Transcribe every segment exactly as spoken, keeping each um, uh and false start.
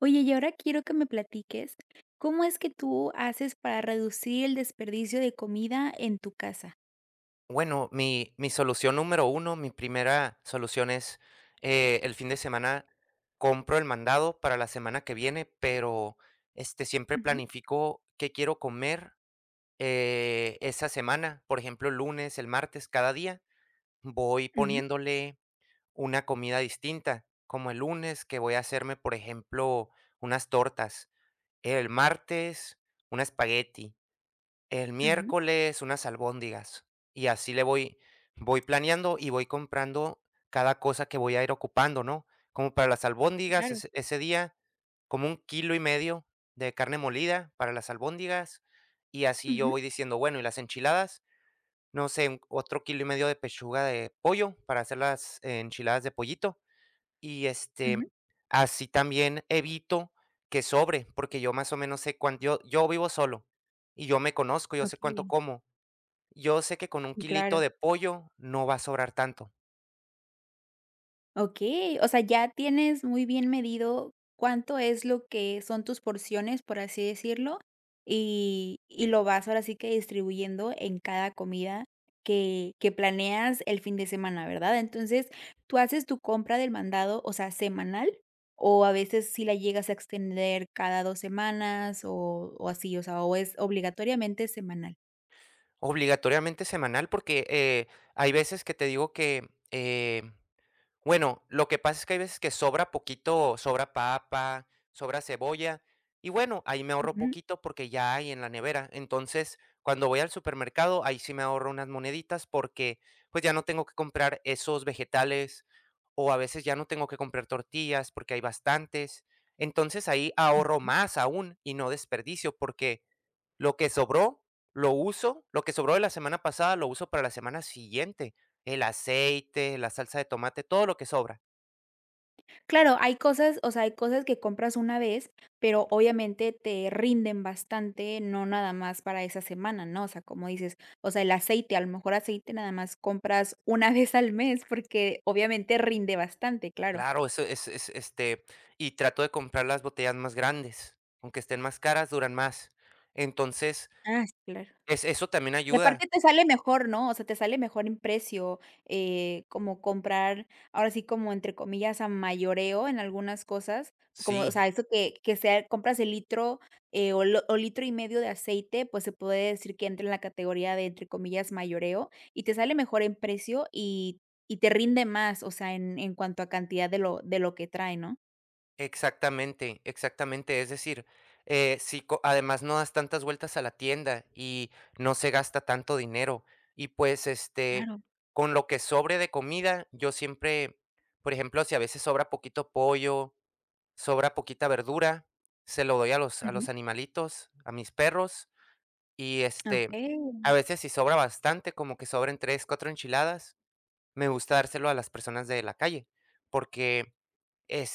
Oye, y ahora quiero que me platiques, ¿cómo es que tú haces para reducir el desperdicio de comida en tu casa? Bueno, mi mi solución número uno, mi primera solución es, eh, el fin de semana compro el mandado para la semana que viene, pero, este, siempre Ujú, planifico qué quiero comer, eh, esa semana. Por ejemplo, el lunes, el martes, cada día voy ujú, poniéndole una comida distinta, como el lunes, que voy a hacerme, por ejemplo, unas tortas, el martes, un espagueti. El ujú. miércoles unas albóndigas, y así le voy voy planeando y voy comprando cada cosa que voy a ir ocupando, ¿no? Como para las albóndigas, Claro. ese ese día, como un kilo y medio de carne molida para las albóndigas, y así yo Ujú, voy diciendo, bueno, y las enchiladas, no sé, un- otro kilo y medio de pechuga de pollo para hacer las eh, enchiladas de pollito. Y, ujú. este, así también evito que sobre, porque yo más o menos sé cuán yo yo vivo solo y yo me conozco, yo sé Okey, cuánto como. Yo sé que con un sí, claro. kilito de pollo no va a sobrar tanto. Okey, o sea, ya tienes muy bien medido cuánto es lo que son tus porciones, por así decirlo, y y lo vas ahora sí que distribuyendo en cada comida que que planeas el fin de semana, ¿verdad? Entonces, ¿tú haces tu compra del mandado, o sea, semanal, o a veces si la llegas a extender cada dos semanas o o así, o sea, o es obligatoriamente semanal? Obligatoriamente semanal, porque, eh, hay veces que te digo que, eh bueno, lo que pasa es que hay veces que sobra poquito, sobra papa, sobra cebolla, y bueno, ahí me ahorro Ujú. poquito porque ya hay en la nevera. Entonces, cuando voy al supermercado, ahí sí me ahorro unas moneditas porque pues ya no tengo que comprar esos vegetales o a veces ya no tengo que comprar tortillas porque hay bastantes. Entonces ahí ahorro más aún y no desperdicio porque lo que sobró, lo uso, lo que sobró de la semana pasada, lo uso para la semana siguiente. El aceite, la salsa de tomate, todo lo que sobra. Claro, hay cosas, o sea, hay cosas que compras una vez, pero obviamente te rinden bastante, no nada más para esa semana, ¿no? O sea, como dices, o sea, el aceite, a lo mejor aceite nada más compras una vez al mes, porque obviamente rinde bastante, claro. Claro, eso es, es, este, y trato de comprar las botellas más grandes, aunque estén más caras, duran más. Entonces, Ah, sí, claro. es, eso también Y aparte ayuda. te sale mejor, ¿no? O sea, te sale mejor en precio, eh, como comprar, ahora sí, como entre comillas, a mayoreo en algunas cosas, como, o Sí. sea, eso que que sea compras el litro, eh, o lo o litro y medio de aceite, pues, se puede decir que entra en la categoría de, entre comillas, mayoreo, y te sale mejor en precio y y te rinde más, o sea, en en cuanto a cantidad de lo de lo que trae, ¿no? Exactamente, exactamente. Es decir, eh, si co- además no das tantas vueltas a la tienda y no se gasta tanto dinero. Y pues, este, Claro. con lo que sobre de comida, yo siempre, por ejemplo, si a veces sobra poquito pollo, sobra poquita verdura, se lo doy a los, a Ujú. los animalitos, a mis perros. Y este, Okey. a veces si sobra bastante, como que sobren tres, cuatro enchiladas, me gusta dárselo a las personas de la calle, porque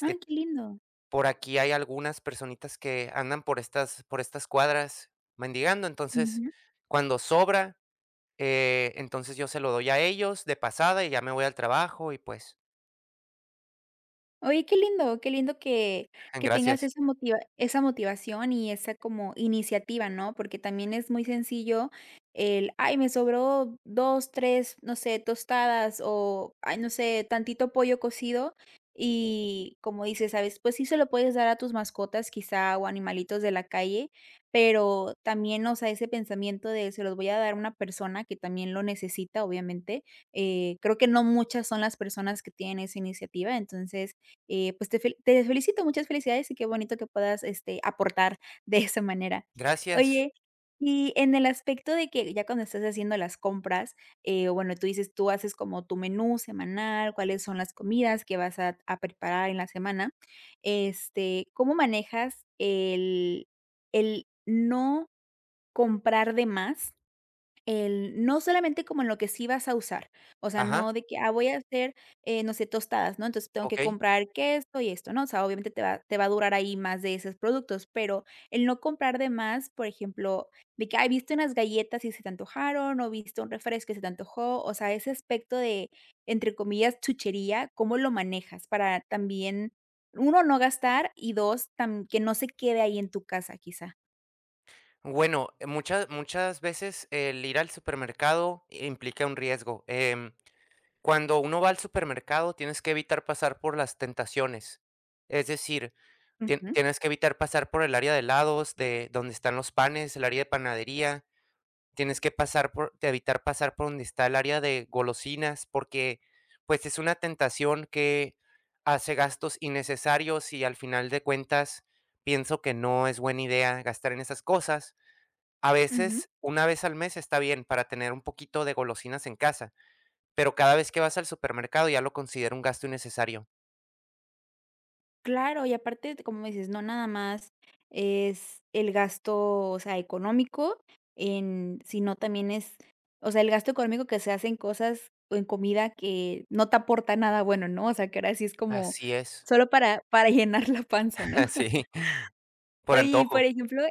Ay, qué lindo. por aquí hay algunas personitas que andan por estas por estas cuadras mendigando, entonces, cuando sobra, eh, entonces yo se lo doy a ellos de pasada y ya me voy al trabajo y pues Oye, qué lindo, qué lindo que que tengas gracias, esa motiva esa motivación y esa como iniciativa, ¿no? Porque también es muy sencillo el: "Ay, me sobró dos tres no sé, tostadas o, ay, no sé, tantito pollo cocido", y como dices, ¿sabes? Pues sí se lo puedes dar a tus mascotas quizá o animalitos de la calle, pero también, o sea, ese pensamiento de se los voy a dar a una persona que también lo necesita, obviamente, eh, creo que no muchas son las personas que tienen esa iniciativa, entonces eh, pues te fel te felicito, muchas felicidades y qué bonito que puedas, este, aportar de esa manera. gracias. Oye, y en el aspecto de que ya cuando estás haciendo las compras, eh, bueno, tú dices, tú haces como tu menú semanal, cuáles son las comidas que vas a a preparar en la semana, este, ¿cómo manejas el el no comprar de más? El no solamente como en lo que sí vas a usar, o sea, no Ajá, de que, ah, voy a hacer, eh, no sé, tostadas, ¿no? Entonces, tengo que okey. comprar que esto y esto, ¿no? O sea, obviamente te va te va a durar ahí más de esos productos, pero el no comprar de más, por ejemplo, de que, ay, viste unas galletas y se te antojaron, o viste un refresco y se te antojó, o sea, ese aspecto de, entre comillas, chuchería, ¿cómo lo manejas? Para también, uno no gastar y dos tam que no se quede ahí en tu casa, quizá. Bueno, muchas muchas veces el ir al supermercado implica un riesgo, em, cuando uno va al supermercado tienes que evitar pasar por las tentaciones, es decir, tien Ujú, tienes que evitar pasar por el área de helados, de donde están los panes, el área de panadería. Tienes que pasar por de evitar pasar por donde está el área de golosinas, porque, pues, es una tentación que hace gastos innecesarios y al final de cuentas pienso que no es buena idea gastar en esas cosas. A ujú. veces, una vez al mes está bien para tener un poquito de golosinas en casa, pero cada vez que vas al supermercado ya lo considero un gasto innecesario. Claro, y aparte, como dices, no nada más es el gasto, o sea, económico en sino también es, o sea, el gasto económico que se hace en cosas o en comida que no te aporta nada bueno, ¿no? O sea, que ahora sí es como Así es. solo para para llenar la panza, ¿no? Sí, por Oye, y por antojo. ejemplo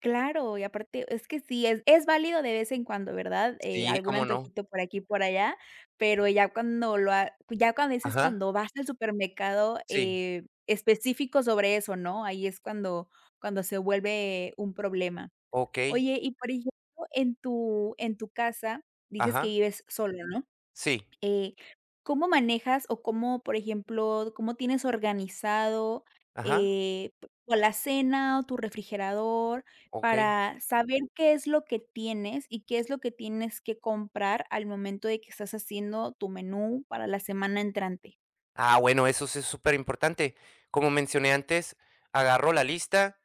claro, y aparte es que sí, es es válido de vez en cuando, ¿verdad? Eh, Sí, algún cómo no. antojito por aquí por allá, pero ya cuando lo ha ya cuando a veces Ajá, cuando vas al supermercado, sí, eh, específico sobre eso, ¿no? Ahí es cuando cuando se vuelve un problema. okey, Oye, y por ejemplo, en tu en tu casa, dices que ajá. vives solo, ¿no? Sí, Eh, ¿cómo manejas o cómo, por ejemplo, cómo tienes organizado, ajá, eh, tu alacena o tu refrigerador okey. para saber qué es lo que tienes y qué es lo que tienes que comprar al momento de que estás haciendo tu menú para la semana entrante? Ah, bueno, eso sí es súper importante. Como mencioné antes, agarro la lista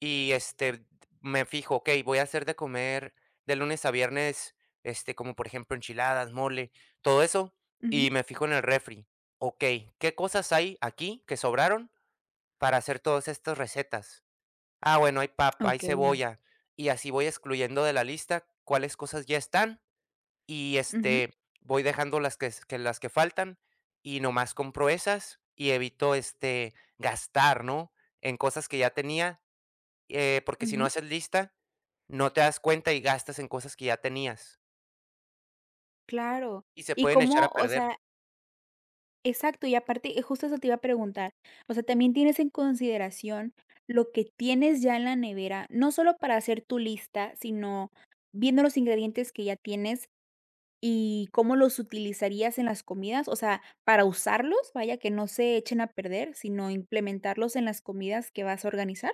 y, este, me fijo, okey, voy a hacer de comer de lunes a viernes, este, como por ejemplo, enchiladas, mole, todo eso, Ujú. y me fijo en el refri. Okey, ¿qué cosas hay aquí que sobraron para hacer todas estas recetas? Ah, bueno, hay papa, hay Okey. cebolla, y así voy excluyendo de la lista cuáles cosas ya están. Y, Ujú, este, voy dejando las que s que las que faltan, y nomás compro esas, y evito, este, gastar, ¿no?, en cosas que ya tenía, eh, porque si no ujú. haces lista, no te das cuenta y gastas en cosas que ya tenías, Claro. y se ¿Y pueden echar a cómo? O perder. sea exacto, y aparte, eh, justo eso te iba a preguntar, o sea, también tienes en consideración lo que tienes ya en la nevera, no solo para hacer tu lista, sino viendo los ingredientes que ya tienes y cómo los utilizarías en las comidas, o sea, para usarlos, vaya, que no se echen a perder, sino implementarlos en las comidas que vas a organizar.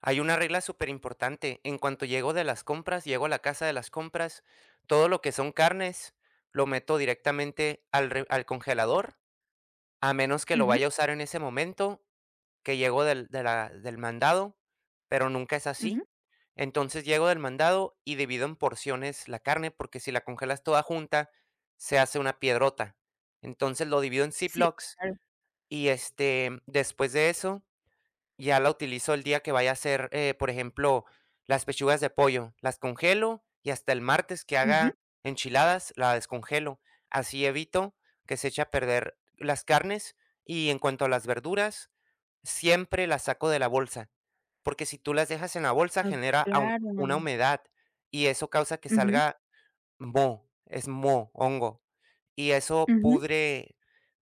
Hay una regla súper importante en cuanto llego de las compras, llego a la casa de las compras, todo lo que son carnes, lo meto directamente al re al congelador, a menos que lo Ujú, vaya a usar en ese momento, que llego del de la del mandado, pero nunca es ujú. así. Entonces, llego del mandado y divido en porciones la carne, porque si la congelas toda junta, se hace una piedrota. Entonces, lo divido en Sí, ziplocs claro. y, este, después de eso, ya la utilizo el día que vaya a hacer, eh, por ejemplo, las pechugas de pollo. Las congelo y hasta el martes que Ujú, haga enchiladas, la descongelo. Así evito que se eche a perder las carnes. Y en cuanto a las verduras, siempre las saco de la bolsa, porque si tú las dejas en la bolsa ah, genera ahu una claro. humedad y eso causa que Ujú, salga moho, es moho, hongo, y eso ujú. pudre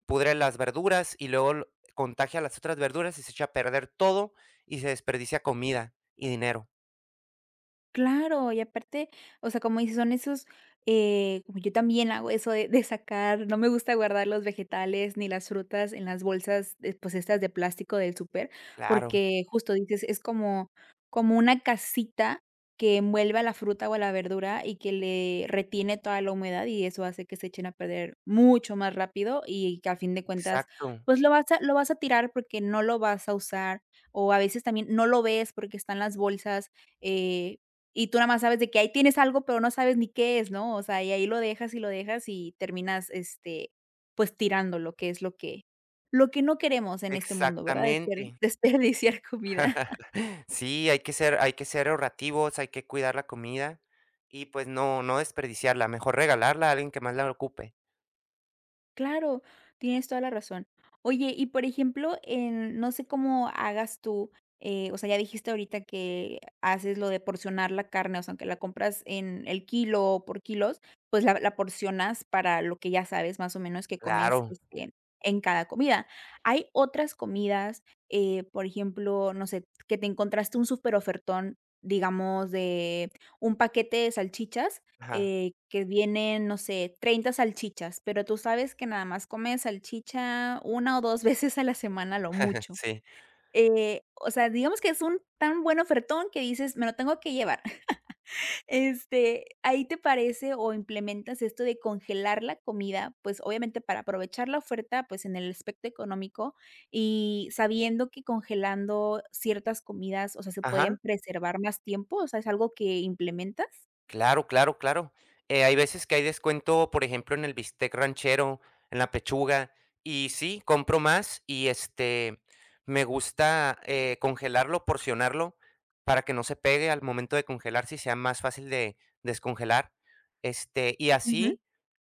pudre las verduras y luego l contagia las otras verduras y se echa a perder todo y se desperdicia comida y dinero. Claro, y aparte, o sea, como dices, son esos, eh, como yo también hago eso de de sacar, no me gusta guardar los vegetales ni las frutas en las bolsas, eh, pues, estas de plástico del súper, Claro, porque justo dices, es como como una casita que envuelve a la fruta o a la verdura y que le retiene toda la humedad, y eso hace que se echen a perder mucho más rápido y que a fin de cuentas, exacto, pues, lo vas a lo vas a tirar porque no lo vas a usar, o a veces también no lo ves porque están las bolsas, eh y tú nada más sabes de que ahí tienes algo, pero no sabes ni qué es, ¿no? O sea, y ahí lo dejas, y lo dejas, y terminas, este, pues, tirando lo que es lo que lo que no queremos en este mundo, ¿verdad? Desper exactamente. desperdiciar comida. Sí, hay que ser hay que ser ahorrativos, hay que cuidar la comida y, pues, no no desperdiciarla, mejor regalarla a alguien que más la ocupe. Claro, tienes toda la razón. Oye, y por ejemplo, en no sé cómo hagas tú, eh, o sea, ya dijiste ahorita que haces lo de porcionar la carne, o sea, aunque la compras en el kilo o por kilos, pues la, la porcionas para lo que ya sabes más o menos que comes Claro. este, en cada comida. Hay otras comidas, eh, por ejemplo, no sé, que te encontraste un súper ofertón, digamos, de un paquete de salchichas Ajá, eh, que vienen, no sé, treinta salchichas, pero tú sabes que nada más comes salchicha una o dos veces a la semana lo mucho. sí, Eh, o sea, digamos que es un tan buen ofertón que dices: "Me lo tengo que llevar". Este, ¿ahí te parece o implementas esto de congelar la comida? Pues, obviamente, para aprovechar la oferta, pues, en el aspecto económico y sabiendo que congelando ciertas comidas, o sea, se ajá, pueden preservar más tiempo, o sea, ¿es algo que implementas? claro, claro, claro. Eh, hay veces que hay descuento, por ejemplo, en el bistec ranchero, en la pechuga, y sí, compro más y, este, me gusta, eh, congelarlo, porcionarlo para que no se pegue al momento de congelar, si sea más fácil de descongelar, este, y Ujú, así.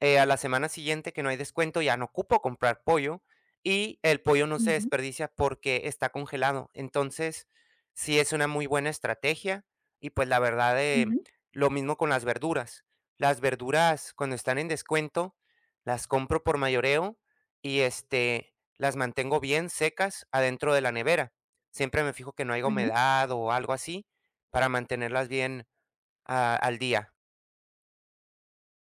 Eh, a la semana siguiente que no hay descuento, ya no ocupo comprar pollo y el pollo no se ujú, desperdicia porque está congelado. Entonces, sí es una muy buena estrategia y pues la verdad, eh, ujú, lo mismo con las verduras. Las verduras cuando están en descuento, las compro por mayoreo y, este, las mantengo bien secas adentro de la nevera. Siempre me fijo que no haya ujú. humedad o algo así para mantenerlas bien, ah, al día.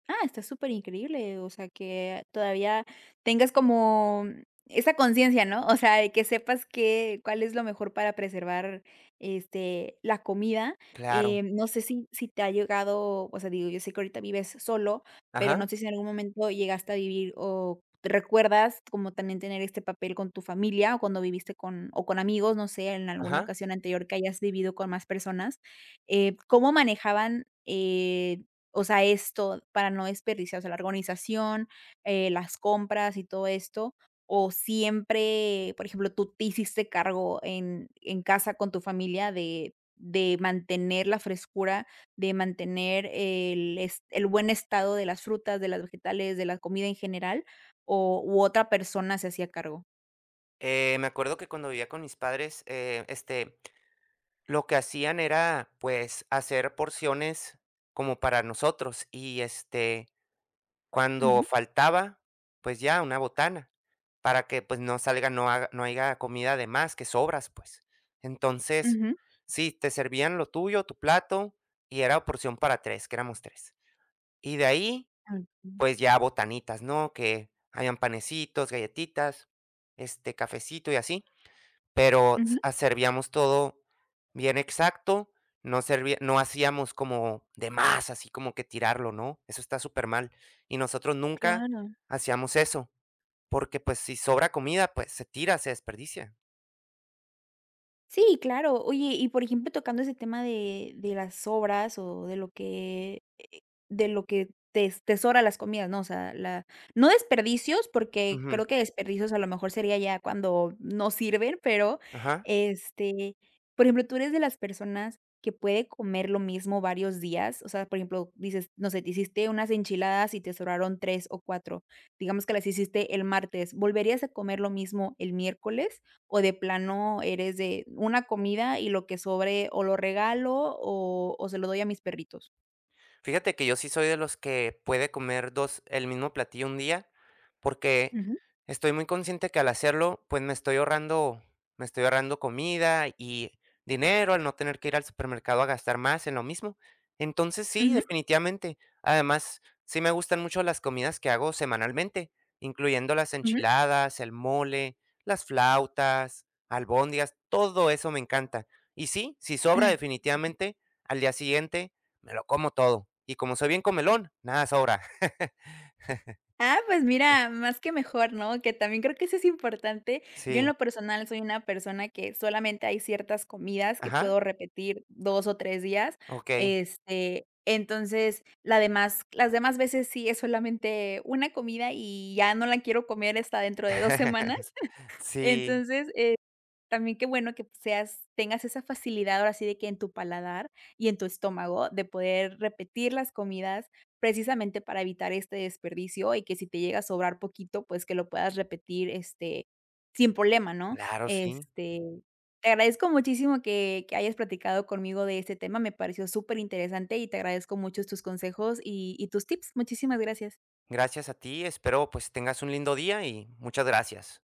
Ah, está súper increíble. O sea, que todavía tengas como esa conciencia, ¿no? O sea, de que sepas que cuál es lo mejor para preservar, este, la comida. Claro. Eh, no sé si si te ha llegado, o sea, digo, yo sé que ahorita vives solo, pero no Ajá, sé si en algún momento llegaste a vivir o te recuerdas como también tener este papel con tu familia o cuando viviste con o con amigos, no sé, en alguna ajá. ocasión anterior que hayas vivido con más personas, eh, ¿cómo manejaban, eh o sea, esto para no desperdiciar, o sea, la organización, eh, las compras y todo esto, o siempre, por ejemplo, tú te hiciste cargo en en casa con tu familia de de mantener la frescura, de mantener el es el buen estado de las frutas, de las vegetales, de la comida en general, o u otra persona se hacía cargo. Eh, me acuerdo que cuando vivía con mis padres, eh, este, lo que hacían era, pues, hacer porciones como para nosotros y, este, cuando Ujú, faltaba, pues ya una botana para que, pues, no salga, no haga no haya comida de más, que sobras, pues. Entonces, ujú. sí, te servían lo tuyo, tu plato, y era porción para tres, que éramos tres. Y de ahí, Okey. Ujú, pues, ya botanitas, ¿no? Que habían panecitos, galletitas, este, cafecito y así. Pero ujú, a servíamos todo bien exacto, no servía no hacíamos como de más, así como que tirarlo, ¿no? Eso está súper mal. Y nosotros nunca claro. hacíamos eso, porque, pues, si sobra comida, pues, se tira, se desperdicia. Sí, claro. Oye, y por ejemplo, tocando ese tema de de las obras o de lo que eh, de lo que tes tesora las comidas, ¿no? O sea, la no desperdicios, porque Ujú, creo que desperdicios a lo mejor sería ya cuando no sirven, pero, ajá. este, por ejemplo, ¿tú eres de las personas que puede comer lo mismo varios días? O sea, por ejemplo, dices, no sé, te hiciste unas enchiladas y te sobraron tres o cuatro, digamos que las hiciste el martes, ¿volverías a comer lo mismo el miércoles? O de plano eres de una comida y lo que sobre o lo regalo o o se lo doy a mis perritos? Fíjate que yo sí soy de los que puede comer dos el mismo platillo un día, porque Ujú, estoy muy consciente que al hacerlo, pues, me estoy ahorrando me estoy ahorrando comida y dinero, al no tener que ir al supermercado a gastar más en lo mismo. Entonces sí, ujú, definitivamente. Además, sí me gustan mucho las comidas que hago semanalmente, incluyendo las ujú. enchiladas, el mole, las flautas, albóndigas, todo eso me encanta. Y sí, si sobra Ay. definitivamente, al día siguiente me lo como todo. Y como soy bien comelón, nada sobra. Ah, pues mira, más que mejor, ¿no? Que también creo que eso es importante. Yo en Sí. lo personal soy una persona que solamente hay ciertas comidas que Ajá, puedo repetir dos o tres días, okey. este, entonces, la demás las demás veces sí es solamente una comida y ya no la quiero comer hasta dentro de dos semanas. Sí, Entonces, eh también qué bueno que seas tengas esa facilidad ahora sí de que en tu paladar y en tu estómago de poder repetir las comidas precisamente para evitar este desperdicio y que si te llega a sobrar poquito, pues que lo puedas repetir, este, sin problema, ¿no? claro, sí. Este, te agradezco muchísimo que que hayas platicado conmigo de este tema, me pareció súper interesante y te agradezco mucho tus consejos y y tus tips. Muchísimas gracias. Gracias a ti, espero, pues, tengas un lindo día y muchas gracias.